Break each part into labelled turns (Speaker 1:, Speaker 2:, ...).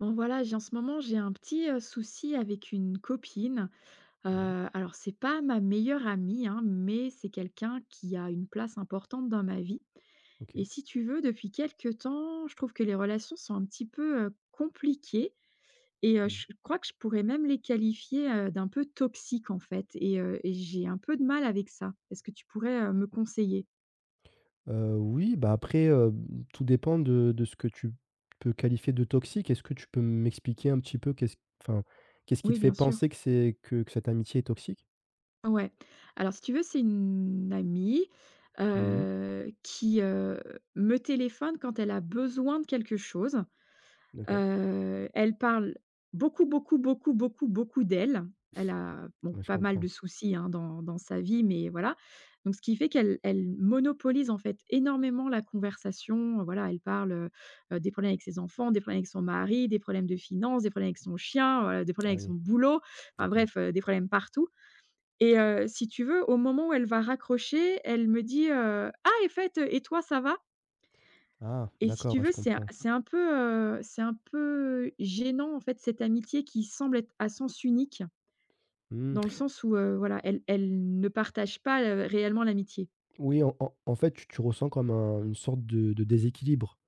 Speaker 1: Bon voilà, j'ai en ce moment, j'ai un petit, souci avec une copine.
Speaker 2: Ouais,
Speaker 1: Heu, alors c'est pas ma meilleure amie, hein, mais c'est quelqu'un qui a une place importante dans ma vie et
Speaker 2: OK.
Speaker 1: si tu veux, depuis quelques temps, je trouve que les relations sont un petit peu, compliquées et heu
Speaker 2: Mmh.
Speaker 1: je crois que je pourrais même les qualifier, d'un peu toxiques en fait et j'ai un peu de mal avec ça. Est-ce que tu pourrais, me conseiller?
Speaker 2: Oui, après, tout dépend de ce que tu peux qualifier de toxique. Est-ce que tu peux m'expliquer un petit peu enfin, qu'est-ce qui
Speaker 1: Oui,
Speaker 2: te fait
Speaker 1: bien sûr.
Speaker 2: penser que c'est que cette amitié est toxique?
Speaker 1: Ouais. Alors si tu veux, c'est une amie,
Speaker 2: Mmh.
Speaker 1: qui, me téléphone quand elle a besoin de quelque chose.
Speaker 2: D'accord.
Speaker 1: Elle parle beaucoup, beaucoup, beaucoup, beaucoup, beaucoup d'elle. Elle a, bon,
Speaker 2: Ouais, je
Speaker 1: pas mal de
Speaker 2: comprends.
Speaker 1: soucis, hein, dans sa vie, mais voilà. Donc ce qui fait qu'elle elle monopolise, en fait, énormément la conversation. Voilà, elle parle, des problèmes avec ses enfants, des problèmes avec son mari, des problèmes de finances, des problèmes avec son chien, des problèmes
Speaker 2: Ah
Speaker 1: avec son
Speaker 2: oui,
Speaker 1: boulot. Enfin
Speaker 2: d'accord.
Speaker 1: bref, des problèmes partout et si tu veux, au moment où elle va raccrocher, elle me dit, «Ah et fait, et toi ça va?»
Speaker 2: Ah,
Speaker 1: Et si tu
Speaker 2: d'accord, ouais,
Speaker 1: veux,
Speaker 2: je comprends.
Speaker 1: c'est un peu gênant, en fait, cette amitié qui semble être à sens unique,
Speaker 2: Mmh.
Speaker 1: dans le sens où, voilà, elle ne partage pas, réellement l'amitié.
Speaker 2: Oui, en fait, tu ressens comme un une sorte de déséquilibre.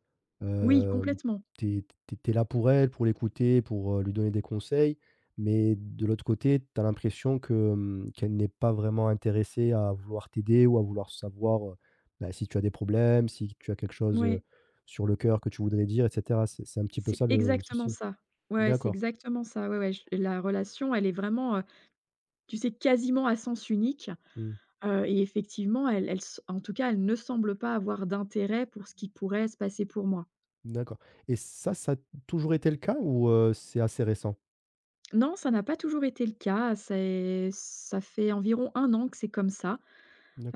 Speaker 1: Oui,
Speaker 2: Hem,
Speaker 1: complètement.
Speaker 2: tu es tu là pour elle, pour l'écouter, pour lui donner des conseils, mais de l'autre côté, t'as l'impression que, qu'elle n'est pas vraiment intéressée à vouloir t'aider ou à vouloir savoir, bah, si tu as des problèmes, si tu as quelque chose,
Speaker 1: Ouais,
Speaker 2: sur le cœur que tu voudrais dire et cetera. C'est un petit peu
Speaker 1: c'est
Speaker 2: ça le
Speaker 1: exactement
Speaker 2: souci?
Speaker 1: ça. Ouais, c'est
Speaker 2: D'accord.
Speaker 1: exactement ça. Ouais, ouais, je la relation, elle est vraiment, tu sais, quasiment à sens unique.
Speaker 2: Mmh.
Speaker 1: Et effectivement, elle elle s en tout cas, elle ne semble pas avoir d'intérêt pour ce qui pourrait se passer pour moi.
Speaker 2: D'accord, et ça a toujours été le cas ou, c'est assez récent?
Speaker 1: Non, ça n'a pas toujours été le cas, c'est ça fait environ un an que c'est comme ça.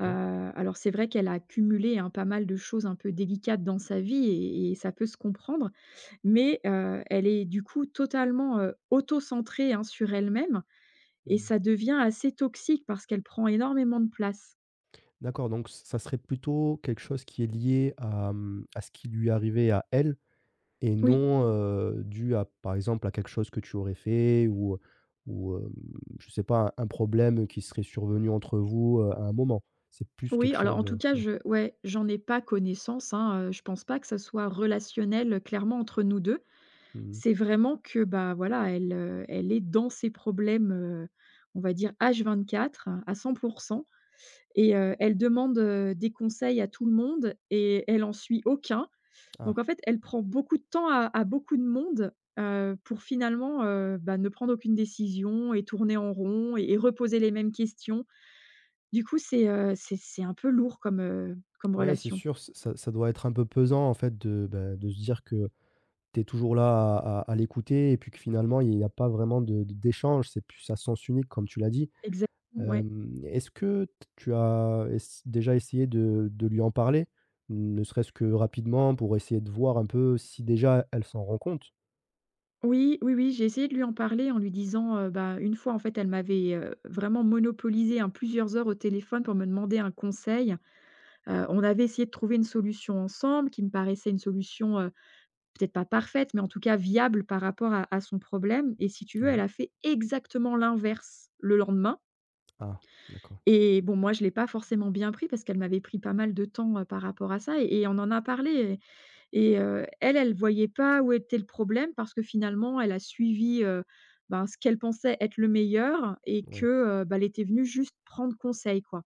Speaker 1: Alors c'est vrai qu'elle a cumulé, hein, pas mal de choses un peu délicates dans sa vie et ça peut se comprendre, mais elle est du coup totalement, auto-centrée, hein, sur elle-même et
Speaker 2: Mmh.
Speaker 1: ça devient assez toxique parce qu'elle prend énormément de place.
Speaker 2: D'accord, donc ça serait plutôt quelque chose qui est lié à, mmh, à ce qui lui arrivait à elle? Et
Speaker 1: Oui.
Speaker 2: non, dû à, par exemple, à quelque chose que tu aurais fait ou, ou, hem, je sais pas, un problème qui serait survenu entre vous, à un moment. C'est plus quelque
Speaker 1: Oui, alors en
Speaker 2: chose,
Speaker 1: tout cas,
Speaker 2: ouais.
Speaker 1: je ouais, j'en ai pas connaissance, hein, je pense pas que ça soit relationnel, clairement entre nous 2.
Speaker 2: Mmh.
Speaker 1: C'est vraiment que, bah, voilà, elle, elle est dans ses problèmes, on va dire H24 à 100 et elle demande, des conseils à tout le monde et elle en suit aucun. Donc
Speaker 2: Ah,
Speaker 1: en fait, elle prend beaucoup de temps à beaucoup de monde, pour finalement, bah, ne prendre aucune décision et tourner en rond et reposer les mêmes questions. Du coup, c'est un peu lourd comme, comme
Speaker 2: ouais, c'est
Speaker 1: relation.
Speaker 2: sûr, ç ça ça doit être un peu pesant, en fait, de, bah, de se dire que tu es toujours là à l'écouter et puis que finalement, il n'y a pas vraiment de d'échange. C'est plus à sens unique, comme tu l'as dit.
Speaker 1: Exactement, ouais.
Speaker 2: Est-ce que tu as ess déjà essayé de lui en parler? Ne serait-ce que rapidement pour essayer de voir un peu si déjà elle s'en rend compte?
Speaker 1: Oui, oui, oui, j'ai essayé de lui en parler en lui disant, bah, une fois, en fait, elle m'avait, vraiment monopolisé, hein, plusieurs heures au téléphone pour me demander un conseil. On avait essayé de trouver une solution ensemble qui me paraissait une solution, peut-être pas parfaite, mais en tout cas viable par rapport à son problème et si tu veux, elle
Speaker 2: Oui.
Speaker 1: a fait exactement l'inverse le lendemain
Speaker 2: Ah, d'accord.
Speaker 1: et bon, moi, je ne l'ai pas forcément bien pris parce qu'elle m'avait pris pas mal de temps, par rapport à ça et on en a parlé. Et elle voyait pas où était le problème parce que finalement, elle a suivi, ben, ce qu'elle pensait être le meilleur et
Speaker 2: Oui,
Speaker 1: que, bah, elle était venue juste prendre conseil, quoi.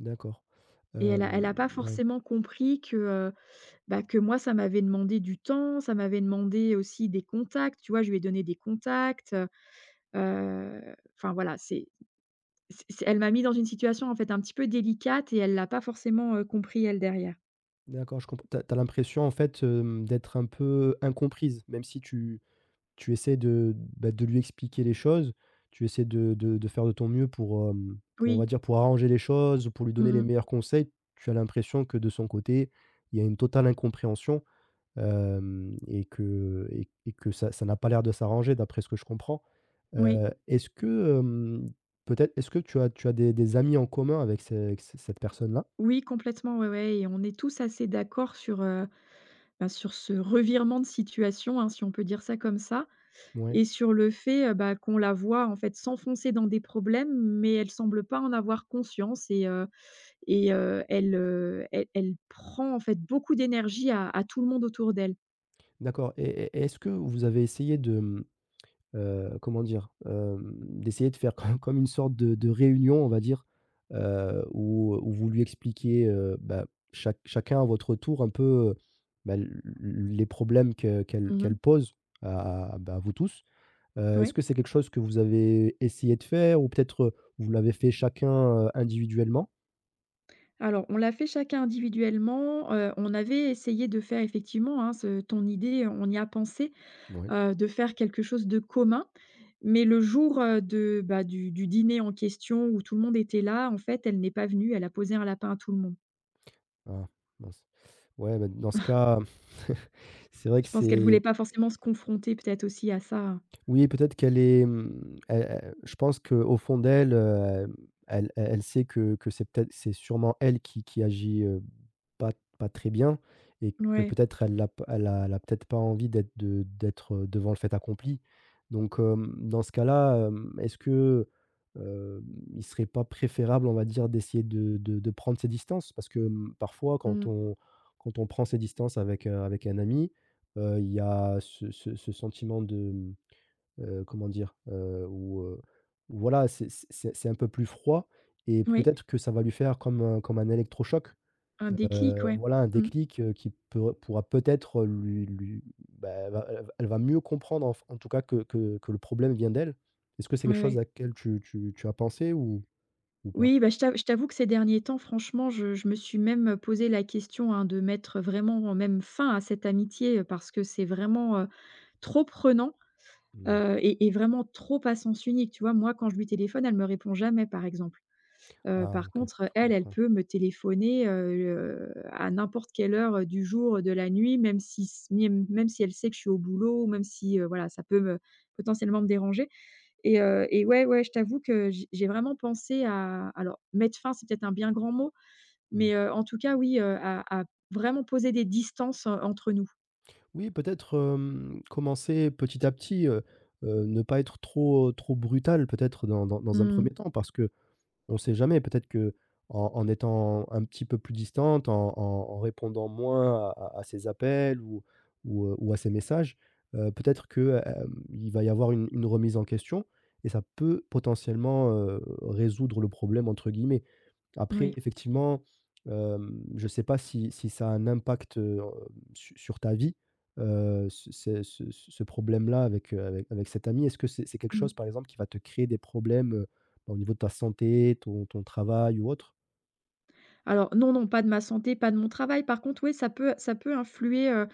Speaker 2: d'accord.
Speaker 1: Et elle a
Speaker 2: Hem,
Speaker 1: pas
Speaker 2: ouais,
Speaker 1: forcément compris que, bah, que moi, ça m'avait demandé du temps, ça m'avait demandé aussi des contacts, tu vois? Je lui ai donné des contacts, enfin voilà, c'est elle m'a mis dans une situation, en fait, un petit peu délicate et elle l'a pas forcément, compris, elle, derrière.
Speaker 2: d'accord, je comprends. T'as as l'impression en fait, d'être un peu incomprise, même si tu... Tu essaies de, bah, de lui expliquer les choses, tu essaies de faire de ton mieux pour, pour, on va
Speaker 1: Oui.
Speaker 2: dire, pour arranger les choses, pour lui donner
Speaker 1: Mmh
Speaker 2: les
Speaker 1: mh.
Speaker 2: meilleurs conseils. Tu as l'impression que de son côté, il y a une totale incompréhension, hem et que que ça ça n'a pas l'air de s'arranger d'après ce que je comprends.
Speaker 1: Oui.
Speaker 2: Est-ce que, peut-être est-ce que tu as des amis en commun avec ce avec c cette personne-là?
Speaker 1: Oui, complètement, ouais, ouais et on est tous assez d'accord sur, bah, sur ce revirement de situation, hein, si on peut dire ça comme ça
Speaker 2: Ouais,
Speaker 1: et sur le fait, bah, qu'on la voit, en fait, s'enfoncer dans des problèmes, mais elle semble pas en avoir conscience elle prend, en fait, beaucoup d'énergie à tout le monde autour d'elle.
Speaker 2: d'accord, et est-ce que vous avez essayé de, mmh... comment dire? D'essayer de faire comme une sorte de réunion, on va dire, où vous lui expliquez, chacun à votre tour un peu, bah, l les problèmes que
Speaker 1: Mmh
Speaker 2: qu'elle
Speaker 1: mh.
Speaker 2: pose à bah, à vous tous. Est-ce
Speaker 1: Ouais.
Speaker 2: que c'est quelque chose que vous avez essayé de faire, ou peut-être, vous l'avez fait chacun, individuellement?
Speaker 1: Alors, on l'a fait chacun individuellement, on avait essayé de faire effectivement, hein, ce ton idée, on y a pensé,
Speaker 2: Oui.
Speaker 1: de faire quelque chose de commun. Mais le jour, de, bah, du dîner en question où tout le monde était là, en fait, elle n'est pas venue, elle a posé un lapin à tout le monde.
Speaker 2: Ah, mince. Ouais, bah, dans ce cas, c'est vrai que
Speaker 1: Je pense qu'elle voulait
Speaker 2: c'est...
Speaker 1: pas forcément se confronter peut-être aussi à ça.
Speaker 2: Oui, peut-être qu'elle est, mmh, elle elle je pense qu'au fond d'elle, hem, elle elle elle sait que c'est sûrement elle qui agit, pas pas très bien, et que
Speaker 1: Ouais,
Speaker 2: peut-être elle a peut-être pas envie d'être, devant le fait accompli. Donc, dans ce cas-là, est-ce que, hem, il serait pas préférable, on va dire, d'essayer de prendre ses distances? Parce que, mmh, parfois
Speaker 1: mmh,
Speaker 2: quand on prend ses distances avec, avec un ami, il y a ce sentiment de... comment dire? Où voilà, c'est un peu plus froid, et
Speaker 1: oui,
Speaker 2: peut-être que ça va lui faire comme un électrochoc.
Speaker 1: un déclic, ouais.
Speaker 2: Voilà, un
Speaker 1: Mmh,
Speaker 2: déclic, qui peut pourra peut-être lui bah, elle va mieux comprendre, enf en tout cas, que que le problème vient d'elle. Est-ce que c'est quelque
Speaker 1: ouais,
Speaker 2: chose à
Speaker 1: ouais.
Speaker 2: laquelle tu as pensé ou pas?
Speaker 1: Oui, bah, je t'avoue que ces derniers temps, franchement, je me suis même, posé la question, hein, de mettre vraiment même fin à cette amitié, parce que c'est vraiment, trop prenant,
Speaker 2: Mmh.
Speaker 1: et vraiment trop à sens unique, tu vois? Moi, quand je lui téléphone, elle me répond jamais, par exemple.
Speaker 2: Ah,
Speaker 1: Par
Speaker 2: OK,
Speaker 1: contre,
Speaker 2: je
Speaker 1: elle, elle
Speaker 2: comprends.
Speaker 1: peut me téléphoner, à n'importe quelle heure du jour, de la nuit, même si elle sait que je suis au boulot, même si, voilà, ça peut me potentiellement me déranger et ouais, ouais, je t'avoue que j'ai vraiment pensé à alors mettre fin, c'est peut-être un bien grand mot,
Speaker 2: Mmh.
Speaker 1: mais en tout cas, oui, à vraiment poser des distances, entre nous.
Speaker 2: Oui, peut-être, commencer petit à petit, ne pas être trop, trop brutal peut-être dans un
Speaker 1: Mmh,
Speaker 2: premier temps, parce que... On sait jamais, peut-être que en étant un petit peu plus distante, en répondant moins à ses appels ou ou à ses messages, peut-être que, il va y avoir une remise en question, et ça peut potentiellement, «résoudre le problème» entre guillemets.
Speaker 1: oui.
Speaker 2: Après, effectivement, je ne sais pas si ça a un impact, su sur ta vie, ce problème-là avec, avec cet ami. Est-ce que c'est quelque
Speaker 1: Mmh.
Speaker 2: chose, par exemple, qui va te créer des problèmes, bah, au niveau de ta santé, ton travail ou autre?
Speaker 1: Alors non, non, pas de ma santé, pas de mon travail. Par contre, oui, ça peut influer,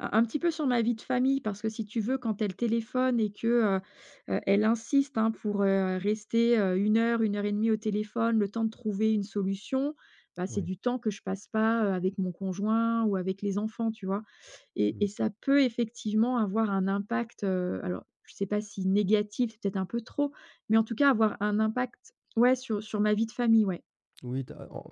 Speaker 1: un petit peu sur ma vie de famille parce que si tu veux, quand elle téléphone et que, heu elle insiste, hein, pour, rester, 1 heure, une heure et demie au téléphone, le temps de trouver une solution, bah, c'est
Speaker 2: Oui.
Speaker 1: du temps que je passe pas, avec mon conjoint ou avec les enfants, tu vois? Et
Speaker 2: Mmh.
Speaker 1: ça peut effectivement avoir un impact, alors je ne sais pas si négatif, c'est peut-être un peu trop, mais en tout cas avoir un impact, ouais, sur ma vie de famille, ouais.
Speaker 2: Oui, tu en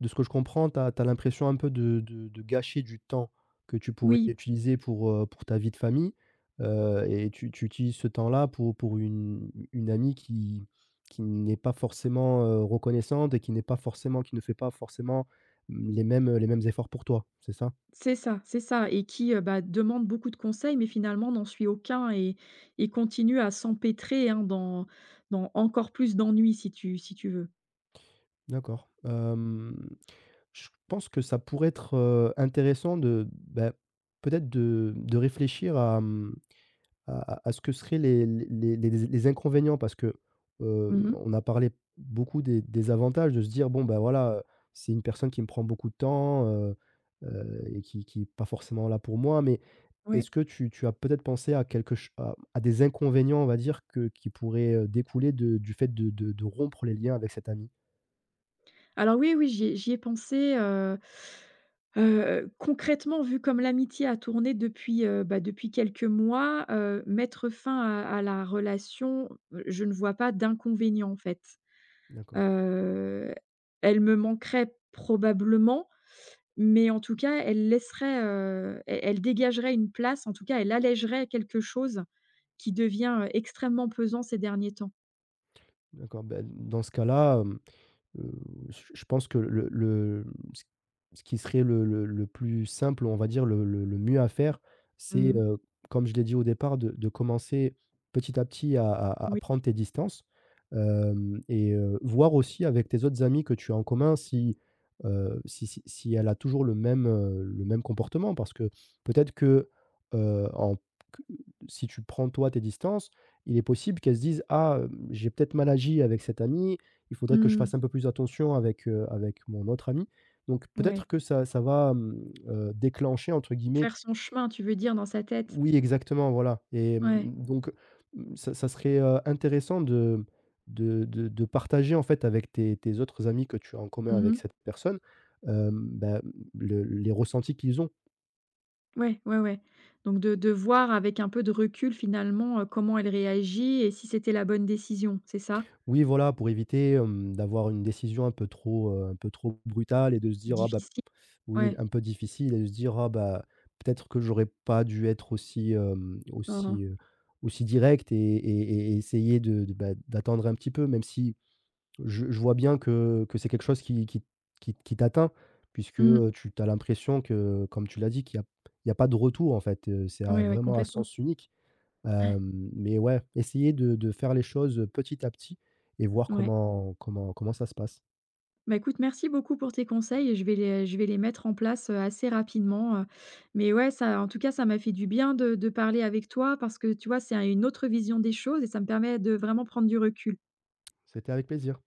Speaker 2: de ce que je comprends, tu as l'impression un peu de de gâcher du temps que tu pourrais
Speaker 1: Oui.
Speaker 2: utiliser pour ta vie de famille, et tu utilises ce temps-là pour une amie qui n'est pas forcément, reconnaissante, et qui n'est pas forcément, qui ne fait pas forcément, mmh, les mêmes efforts pour toi, c'est ça?
Speaker 1: C'est ça et qui, bah, demande beaucoup de conseils, mais finalement n'en suit aucun et continue à s'empêtrer, hein, dans encore plus d'ennuis si tu veux.
Speaker 2: D'accord, je pense que ça pourrait être, intéressant de, bah, peut-être de réfléchir à, à ce que seraient les inconvénients, parce que,
Speaker 1: Mmh.
Speaker 2: on a parlé beaucoup des avantages, de se dire: «Bon, ben voilà, c'est une personne qui me prend beaucoup de temps, et qui pas forcément là pour moi». Mais
Speaker 1: Ouais.
Speaker 2: est-ce que tu as peut-être pensé à quelque ch à des inconvénients, on va dire, que qui pourraient, découler de du fait de de rompre les liens avec cet ami?
Speaker 1: Alors oui, oui, j'y ai pensé, concrètement, vu comme l'amitié a tourné depuis, bah, depuis quelques mois, mettre fin à la relation, je ne vois pas d'inconvénient, en fait.
Speaker 2: D'accord,
Speaker 1: Heu, elle me manquerait probablement. Mais en tout cas, elle laisserait, elle dégagerait une place, en tout cas, elle allégerait quelque chose qui devient, extrêmement pesant ces derniers temps.
Speaker 2: d'accord. Ben dans ce cas-là, Heu, je pense que le ce ce qui serait le plus simple, on va dire le mieux à faire, c'est,
Speaker 1: Mmh.
Speaker 2: comme je l'ai dit au départ, de commencer petit à petit à
Speaker 1: Oui.
Speaker 2: prendre tes distances, hem et voir aussi avec tes autres amis que tu as en commun si, si elle a toujours le même comportement. Parce que peut-être que, en q si tu prends toi tes distances, il est possible qu'elle se dise: «Ah, j'ai peut-être mal agi avec cette amie, il faudrait que je
Speaker 1: Mmh.
Speaker 2: fasse un peu plus attention avec, avec mon autre ami.» Donc
Speaker 1: Ouais.
Speaker 2: peut-être que ça ça va, mmh, «déclencher» entre guillemets...
Speaker 1: Faire son chemin, tu veux dire dans sa tête?
Speaker 2: Oui, exactement, voilà, et
Speaker 1: Ouais.
Speaker 2: mmh, donc, mmh, ça ça serait, intéressant de de partager en fait avec tes autres amis que tu as en commun
Speaker 1: Mmh
Speaker 2: avec
Speaker 1: mh.
Speaker 2: cette personne, bah, le les ressentis qu'ils ont.
Speaker 1: Ouais, ouais, ouais. Donc de voir avec un peu de recul finalement, comment elle réagit et si c'était la bonne décision, c'est ça?
Speaker 2: Oui, voilà, pour éviter, d'avoir une décision un peu trop brutale, et de se dire: «Ah bah,
Speaker 1: Difficile.
Speaker 2: oui»,
Speaker 1: Ouais.
Speaker 2: un peu difficile, et de se dire: «Ah bah, peut-être que j'aurais pas dû être aussi,
Speaker 1: Mmh mh.
Speaker 2: aussi, aussi direct», et essayer de, bah, d'attendre un petit peu, même si je vois bien que c'est quelque chose qui t'atteint, puisque,
Speaker 1: Mmh.
Speaker 2: tu as l'impression que, comme tu l'as dit, qu'il y a pas de retour en fait, c'est à
Speaker 1: Ouais, ouais,
Speaker 2: vraiment à
Speaker 1: complètement.
Speaker 2: sens unique. Mais ouais, essayer de faire les choses, petit à petit, et voir
Speaker 1: Ouais.
Speaker 2: comment ça se passe.
Speaker 1: Bah, écoute, merci beaucoup pour tes conseils et je vais les mettre en place, assez rapidement, mais ouais, ça en tout cas, ça m'a fait du bien de parler avec toi parce que, tu vois, c'est un une autre vision des choses et ça me permet de vraiment prendre du recul.
Speaker 2: C'était avec plaisir.